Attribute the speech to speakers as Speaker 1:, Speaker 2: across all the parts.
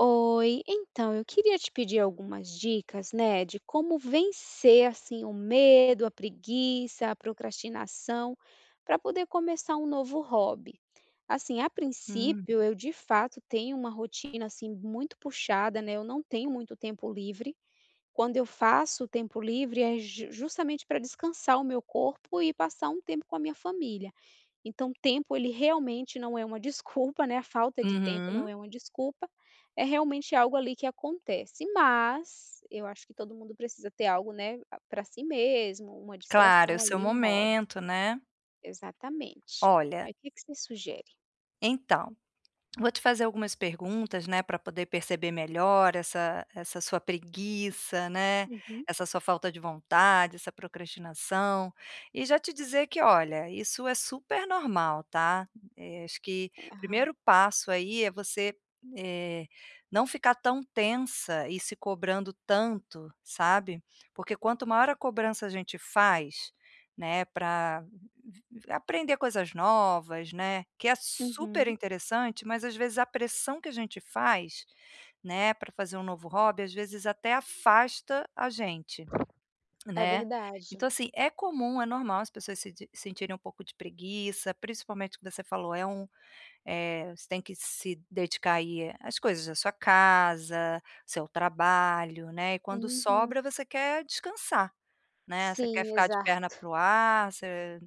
Speaker 1: Oi, então eu queria te pedir algumas dicas, né, de como vencer assim o medo, a preguiça, a procrastinação, para poder começar um novo hobby. Assim, a
Speaker 2: Hum.
Speaker 1: princípio, eu de fato tenho uma rotina assim muito puxada, né? Eu não tenho muito tempo livre, quando eu faço o tempo livre é ju justamente para descansar o meu corpo e passar um tempo com a minha família. Então tempo ele realmente não é uma desculpa, né, a falta de tempo não
Speaker 2: Uhum.
Speaker 1: é uma desculpa, é realmente algo ali que acontece, mas eu acho que todo mundo precisa ter algo, né, para si mesmo, uma
Speaker 2: Claro, é o
Speaker 1: distração
Speaker 2: seu
Speaker 1: ali, um hobby.
Speaker 2: momento, né.
Speaker 1: Exatamente.
Speaker 2: Olha,
Speaker 1: Aí o que que você sugere?
Speaker 2: então. Vou te fazer algumas perguntas, né, para poder perceber melhor essa sua preguiça, né,
Speaker 1: Uhum.
Speaker 2: essa sua falta de vontade, essa procrastinação, e já te dizer que, olha, isso é super normal, tá. Acho que o
Speaker 1: Aham.
Speaker 2: primeiro passo aí é você, eh, não ficar tão tensa e se cobrando tanto, sabe. Porque quanto maior a cobrança a gente faz, né, para aprender coisas novas, né, que é super
Speaker 1: Uhum.
Speaker 2: interessante, mas às vezes a pressão que a gente faz, né, para fazer um novo hobby, às vezes até afasta a gente,
Speaker 1: É
Speaker 2: né.
Speaker 1: verdade.
Speaker 2: Então assim, é comum, é normal as pessoas se de sentirem um pouco de preguiça, principalmente o que você falou, é um você tem que se dedicar aí às coisas da sua casa, seu trabalho, né, e quando
Speaker 1: Uhum.
Speaker 2: sobra você quer descansar. Né, você quer
Speaker 1: Sim,
Speaker 2: ficar de perna
Speaker 1: exato.
Speaker 2: para o ar, você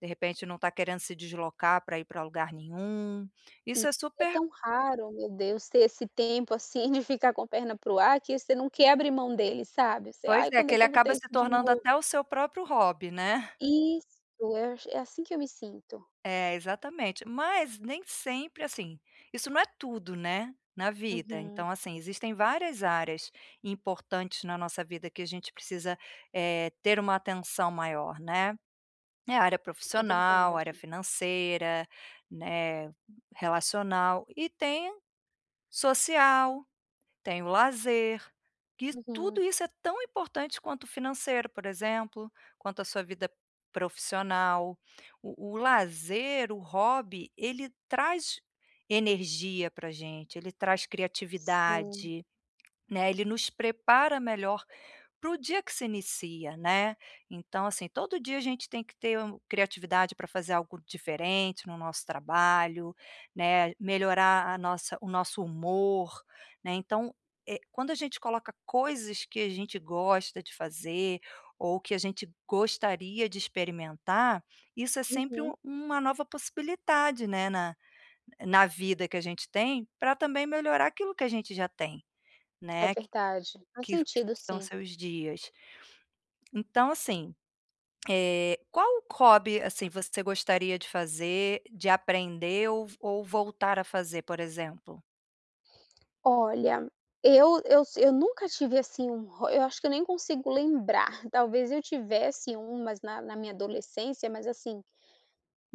Speaker 2: de repente não está querendo se deslocar para ir para lugar nenhum.
Speaker 1: E
Speaker 2: Isso é
Speaker 1: é
Speaker 2: super.
Speaker 1: tão raro, meu Deus, ter esse tempo, assim, de ficar com a perna para o ar, que você não quer abrir mão dele, sabe. Você:
Speaker 2: Pois
Speaker 1: "Ai,
Speaker 2: é,
Speaker 1: quando
Speaker 2: que
Speaker 1: é
Speaker 2: ele
Speaker 1: que eu vou
Speaker 2: acaba
Speaker 1: ter isso
Speaker 2: se
Speaker 1: de
Speaker 2: tornando
Speaker 1: novo?"
Speaker 2: até o seu próprio hobby, né.
Speaker 1: Isso, é j é assim que eu me sinto.
Speaker 2: É, exatamente. Mas nem sempre assim, isso não é tudo, né, na vida.
Speaker 1: Uhum,
Speaker 2: Então assim, existem várias áreas importantes na nossa vida que a gente precisa, ter uma atenção maior, né. É a área
Speaker 1: é
Speaker 2: profissional, área
Speaker 1: verdade.
Speaker 2: financeira, né, relacional e tem social, tem o lazer, e tudo
Speaker 1: Uhum,
Speaker 2: isso é tão importante quanto o financeiro, por exemplo, quanto a sua vida profissional. O lazer, o hobby, ele traz energia para gente, ele traz
Speaker 1: sim.
Speaker 2: criatividade, né? Ele nos prepara melhor para o dia que se inicia, né. Então, assim, todo dia a gente tem que ter um criatividade para fazer algo diferente no nosso trabalho, né, melhorar a nossa o nosso humor, né. Então, quando a gente coloca coisas que a gente gosta de fazer, ou que a gente gostaria de experimentar, isso é sempre
Speaker 1: Uhum,
Speaker 2: uma nova possibilidade, né, na vida que a gente tem, para também melhorar aquilo que a gente já tem,
Speaker 1: é
Speaker 2: né,
Speaker 1: verdade. Faz
Speaker 2: que
Speaker 1: sentido
Speaker 2: são
Speaker 1: sim.
Speaker 2: seus dias. Então, assim, qual hobby, assim, você gostaria de fazer, de aprender ou voltar a fazer, por exemplo?
Speaker 1: Olha, eu nunca tive, assim, um hó eu acho que eu nem consigo lembrar. Talvez eu tivesse um, mas na minha adolescência, mas assim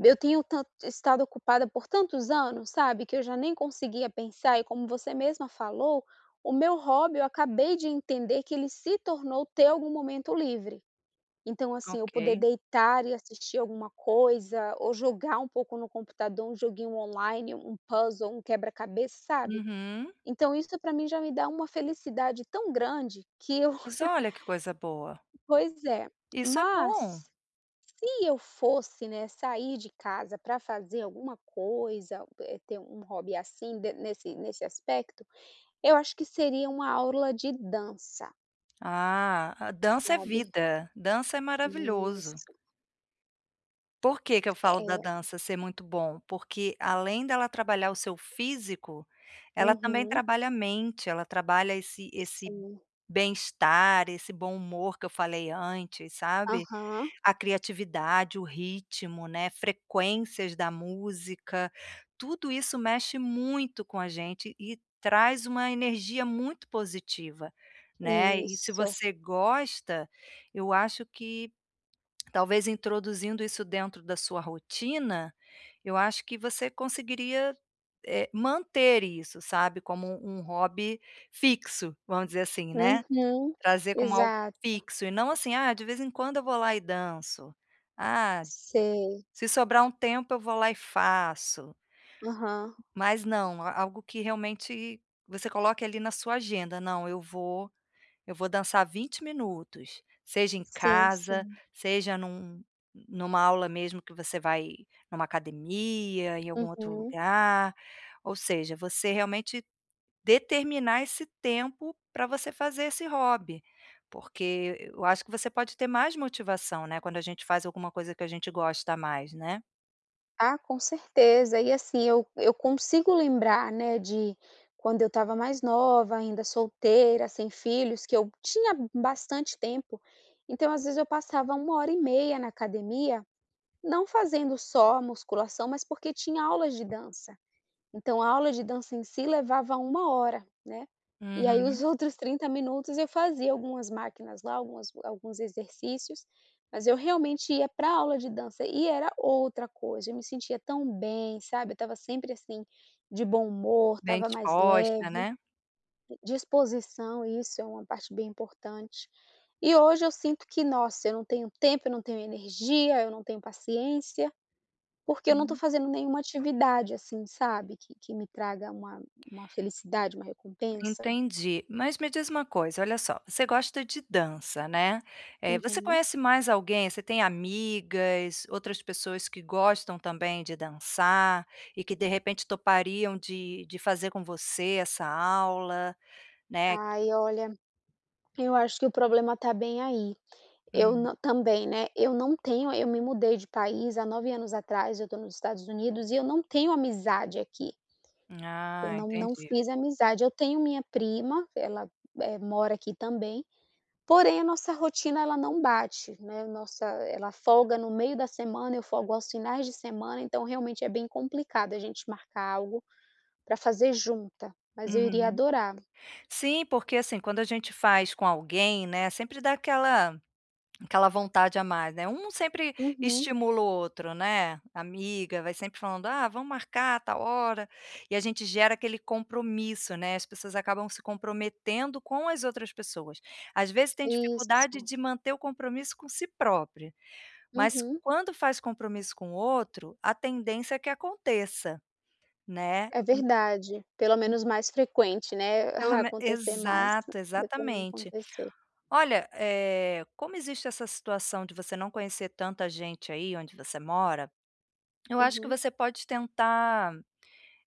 Speaker 1: eu tenho tanto estado ocupada por tantos anos, sabe, que eu já nem conseguia pensar e, como você mesma falou, o meu hobby eu acabei de entender que ele se tornou ter algum momento livre. Então, assim, eu poder
Speaker 2: Ok.
Speaker 1: deitar e assistir alguma coisa ou jogar um pouco no computador, um joguinho online, um puzzle, um quebra-cabeça, sabe.
Speaker 2: Uhum.
Speaker 1: Então isso para mim já me dá uma felicidade tão grande que eu
Speaker 2: Mas olha que coisa boa.
Speaker 1: pois é.
Speaker 2: Isso é bom.
Speaker 1: Mas se eu fosse, né, sair de casa para fazer alguma coisa, ter um hobby assim, de nesse aspecto, eu acho que seria uma aula de dança,
Speaker 2: Ah, a dança é
Speaker 1: sabe.
Speaker 2: vida, dança é maravilhoso.
Speaker 1: Isso,
Speaker 2: Por que que eu falo
Speaker 1: é.
Speaker 2: da dança ser muito bom? Porque além dela trabalhar o seu físico, ela também
Speaker 1: Uhum.
Speaker 2: trabalha a mente, ela trabalha esse
Speaker 1: Sim.
Speaker 2: bem-estar, esse bom humor que eu falei antes, sabe?
Speaker 1: Aham.
Speaker 2: A criatividade, o ritmo, né, frequências da música, tudo isso mexe muito com a gente e traz uma energia muito positiva, né. E se
Speaker 1: Isso.
Speaker 2: você gosta, eu acho que talvez introduzindo isso dentro da sua rotina, eu acho que você conseguiria, manter isso, sabe, como um hobby fixo, vamos dizer assim, né.
Speaker 1: Uhum.
Speaker 2: Trazer como algo
Speaker 1: Exato.
Speaker 2: fixo e não assim: "Ah, de vez em quando eu vou lá e danço. Ah,
Speaker 1: Sei.
Speaker 2: se sobrar um tempo eu vou lá e faço".
Speaker 1: Aham.
Speaker 2: Mas não, a algo que realmente você coloque ali na sua agenda: "Não, eu vou dançar 20 minutos", seja em
Speaker 1: Sim,
Speaker 2: casa,
Speaker 1: sim.
Speaker 2: seja numa aula mesmo que você vai numa academia, em algum outro
Speaker 1: Uhum.
Speaker 2: lugar, ou seja, você realmente determinar esse tempo para você fazer esse hobby, porque eu acho que você pode ter mais motivação, né, quando a gente faz alguma coisa que a gente gosta mais, né.
Speaker 1: Ah, com certeza. E assim, eu consigo lembrar, né, de quando eu estava mais nova, ainda solteira, sem filhos, que eu tinha bastante tempo. Então, às vezes, eu passava 1 hora e meia na academia, não fazendo só musculação, mas porque tinha aulas de dança. Então a aula de dança em si levava 1 hora, né, e aí os
Speaker 2: Uhum.
Speaker 1: outros 30 minutos eu fazia algumas máquinas lá, algumas alguns exercícios, mas eu realmente ia para a aula de dança e era outra coisa, eu me sentia tão bem, sabe, eu estava sempre, assim, de bom humor,
Speaker 2: Bem
Speaker 1: estava mais
Speaker 2: disposta,
Speaker 1: leve,
Speaker 2: né.
Speaker 1: disposição, isso é uma parte bem importante. E hoje eu sinto que, nossa, eu não tenho tempo, eu não tenho energia, eu não tenho paciência. Porque eu não estou
Speaker 2: Hum,
Speaker 1: fazendo nenhuma atividade, assim, sabe, que me traga uma felicidade, uma recompensa.
Speaker 2: entendi. Mas me diz uma coisa, olha só, você gosta de dança, né. Você
Speaker 1: Uhum.
Speaker 2: conhece mais alguém, você tem amigas, outras pessoas que gostam também de dançar e que de repente topariam de fazer com você essa aula, né?
Speaker 1: Ai, olha, eu acho que o problema tá bem aí. Eu
Speaker 2: Hum.
Speaker 1: não também, né, eu não tenho eu me mudei de país há 9 anos atrás, eu tô nos Estados Unidos e eu não tenho amizade aqui, eu
Speaker 2: Ah,
Speaker 1: não
Speaker 2: entendi.
Speaker 1: fiz amizade. Eu tenho minha prima, ela, mora aqui também. Porém, a nossa rotina ela não bate, né, nossa ela folga no meio da semana, eu folgo aos finais de semana, então realmente é bem complicado a gente marcar algo para fazer junta, mas eu iria
Speaker 2: Uhum.
Speaker 1: adorar.
Speaker 2: Sim, porque, assim, quando a gente faz com alguém, né, sempre dá aquela vontade a mais, né. Um sempre
Speaker 1: Uhum,
Speaker 2: estimula o outro, né. Amiga vai sempre falando: "Ah, vamos marcar a tal hora", e a gente gera aquele compromisso, né. As pessoas acabam se comprometendo com as outras pessoas. Às vezes tem dificuldade
Speaker 1: isso.
Speaker 2: de manter o compromisso com si própria, mas
Speaker 1: Uhum,
Speaker 2: quando faz compromisso com o outro, a tendência é que aconteça, né.
Speaker 1: é verdade. Pelo menos mais frequente, né,
Speaker 2: Pelo me
Speaker 1: acontecer mais
Speaker 2: Exato,
Speaker 1: do que não
Speaker 2: exatamente.
Speaker 1: acontecer.
Speaker 2: Olha, como existe essa situação de você não conhecer tanta gente aí onde você mora, eu acho que
Speaker 1: Uhum,
Speaker 2: você pode tentar,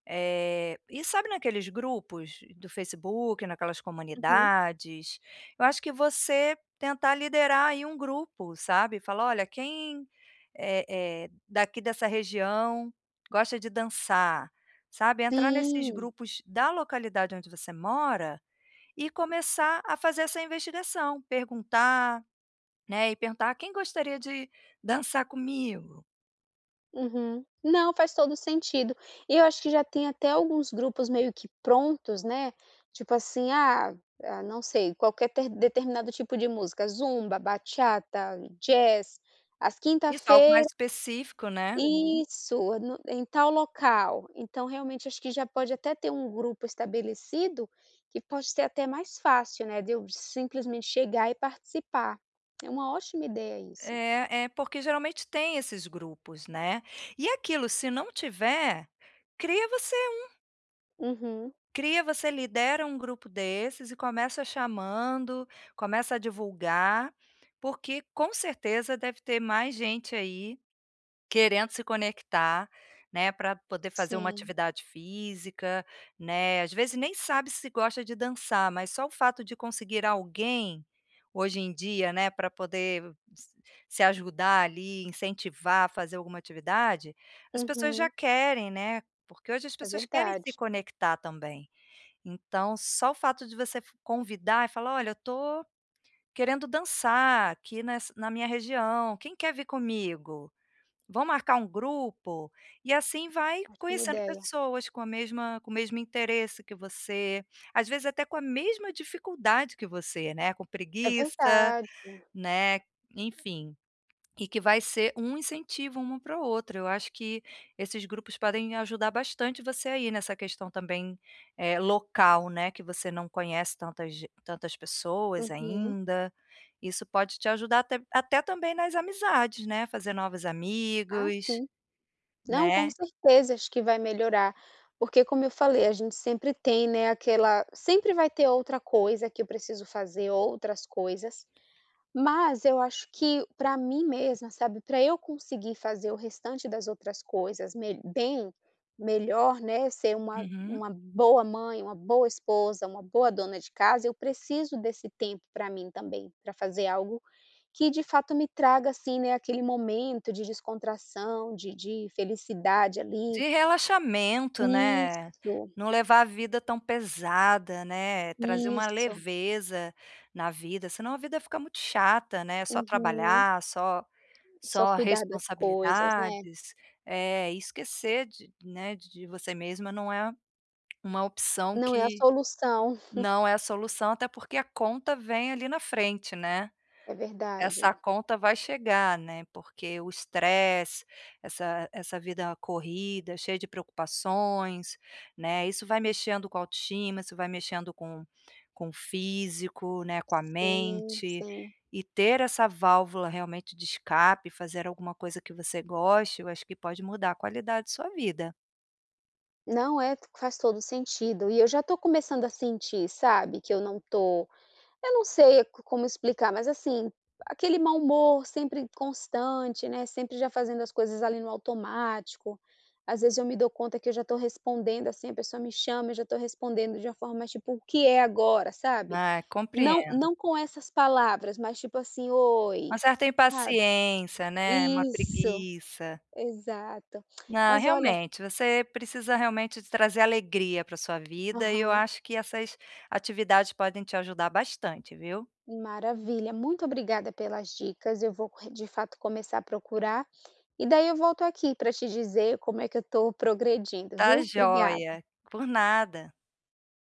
Speaker 2: ir sabe naqueles grupos do Facebook, naquelas
Speaker 1: uhum.
Speaker 2: comunidades, eu acho que você tentar liderar aí um grupo, sabe, falar: "Olha, quem, eh daqui dessa região gosta de dançar?", sabe, entrar nesses
Speaker 1: Sim.
Speaker 2: grupos da localidade onde você mora e começar a fazer essa investigação, perguntar, né, e perguntar: "Quem gostaria de dançar comigo?".
Speaker 1: Uhum. Não, faz todo sentido. E eu acho que já tem até alguns grupos meio que prontos, né, tipo assim, ah, não sei, qualquer ter determinado tipo de música, zumba, bachata, jazz, às quinta
Speaker 2: Isso, é algo mais
Speaker 1: feiras.
Speaker 2: específico, né.
Speaker 1: Uhum. Isso, no em tal local. Então, realmente, acho que já pode até ter um grupo estabelecido, que pode ser até mais fácil, né, de eu simplesmente chegar e participar. É uma ótima ideia isso.
Speaker 2: É, é porque geralmente tem esses grupos, né. E aquilo, se não tiver, cria você
Speaker 1: Uhum.
Speaker 2: cria, você lidera um grupo desses e começa chamando, começa a divulgar, porque com certeza deve ter mais gente aí querendo se conectar, né, para poder fazer uma
Speaker 1: Sim.
Speaker 2: atividade física, né, às vezes nem sabe se gosta de dançar, mas só o fato de conseguir alguém, hoje em dia, né, para poder se ajudar ali, incentivar a fazer alguma atividade, as pessoas já
Speaker 1: Uhum.
Speaker 2: querem, né, porque hoje as
Speaker 1: É
Speaker 2: pessoas querem se
Speaker 1: verdade.
Speaker 2: conectar também. Então só o fato de você f convidar e falar: "Olha, eu tô querendo dançar aqui ness na minha região, quem quer vir comigo?" Vão marcar um grupo, e assim vai
Speaker 1: Ótima
Speaker 2: conhecendo
Speaker 1: ideia.
Speaker 2: pessoas com a mesma com o mesmo interesse que você, às vezes até com a mesma dificuldade que você, né, com
Speaker 1: É
Speaker 2: preguiça,
Speaker 1: verdade.
Speaker 2: né, enfim, e que vai ser um incentivo uma para outra. Eu acho que esses grupos podem ajudar bastante você aí nessa questão também, local, né, que você não conhece tantas ge tantas pessoas
Speaker 1: Uhum.
Speaker 2: ainda. Isso pode te ajudar até também nas amizades, né, fazer novos
Speaker 1: Ah,
Speaker 2: amigos.
Speaker 1: sim. Não, com
Speaker 2: Né.
Speaker 1: certeza, acho que vai melhorar, porque como eu falei, a gente sempre tem, né, aquela sempre vai ter outra coisa que eu preciso fazer, outras coisas. Mas eu acho que para mim mesma, sabe, para eu conseguir fazer o restante das outras coisas me bem, melhor, né, ser uma
Speaker 2: Uhum.
Speaker 1: uma boa mãe, uma boa esposa, uma boa dona de casa, eu preciso desse tempo para mim também, para fazer algo que de fato me traga, assim, né, aquele momento de descontração, de felicidade ali.
Speaker 2: De relaxamento, né,
Speaker 1: Isso,
Speaker 2: não levar a vida tão pesada, né, trazer uma
Speaker 1: isso.
Speaker 2: leveza na vida, senão a vida fica muito chata, né, só
Speaker 1: Uhum.
Speaker 2: trabalhar,
Speaker 1: Só
Speaker 2: só
Speaker 1: cuidar das coisas, né.
Speaker 2: responsabilidades, é e esquecer de né, de você mesma não é uma opção
Speaker 1: Não é a
Speaker 2: que
Speaker 1: solução.
Speaker 2: não é a solução, até porque a conta vem ali na frente, né.
Speaker 1: É verdade.
Speaker 2: Essa conta vai chegar, né, porque o estresse, essa vida corrida, cheia de preocupações, né, isso vai mexendo com a autoestima, isso vai mexendo com o físico, né, com a
Speaker 1: Sim,
Speaker 2: mente,
Speaker 1: sim.
Speaker 2: e ter essa válvula realmente de escape, fazer alguma coisa que você goste, eu acho que pode mudar a qualidade de sua vida.
Speaker 1: Não, é, faz todo sentido. E eu já tô começando a sentir, sabe, que eu não sei co como explicar, mas, assim, aquele mau humor sempre constante, né, sempre já fazendo as coisas ali no automático. Às vezes eu me dou conta que eu já tô respondendo, assim, a pessoa me chama, eu já tô respondendo de uma forma mais, tipo: "O que é agora?", sabe.
Speaker 2: Ah,
Speaker 1: Não
Speaker 2: compreendo.
Speaker 1: não com essas palavras, mas tipo assim:
Speaker 2: Uma
Speaker 1: "Oi",
Speaker 2: certa
Speaker 1: sabe.
Speaker 2: impaciência, né, uma
Speaker 1: Isso,
Speaker 2: preguiça.
Speaker 1: exato.
Speaker 2: Não,
Speaker 1: Mas olha
Speaker 2: realmente, você precisa realmente de trazer alegria para sua vida e eu
Speaker 1: aham.
Speaker 2: acho que essas atividades podem te ajudar bastante, viu.
Speaker 1: Maravilha, muito obrigada pelas dicas. Eu vou de fato começar a procurar e daí eu volto aqui para te dizer como é que eu estou progredindo,
Speaker 2: Tá
Speaker 1: viu? Obrigada.
Speaker 2: joia. Por nada.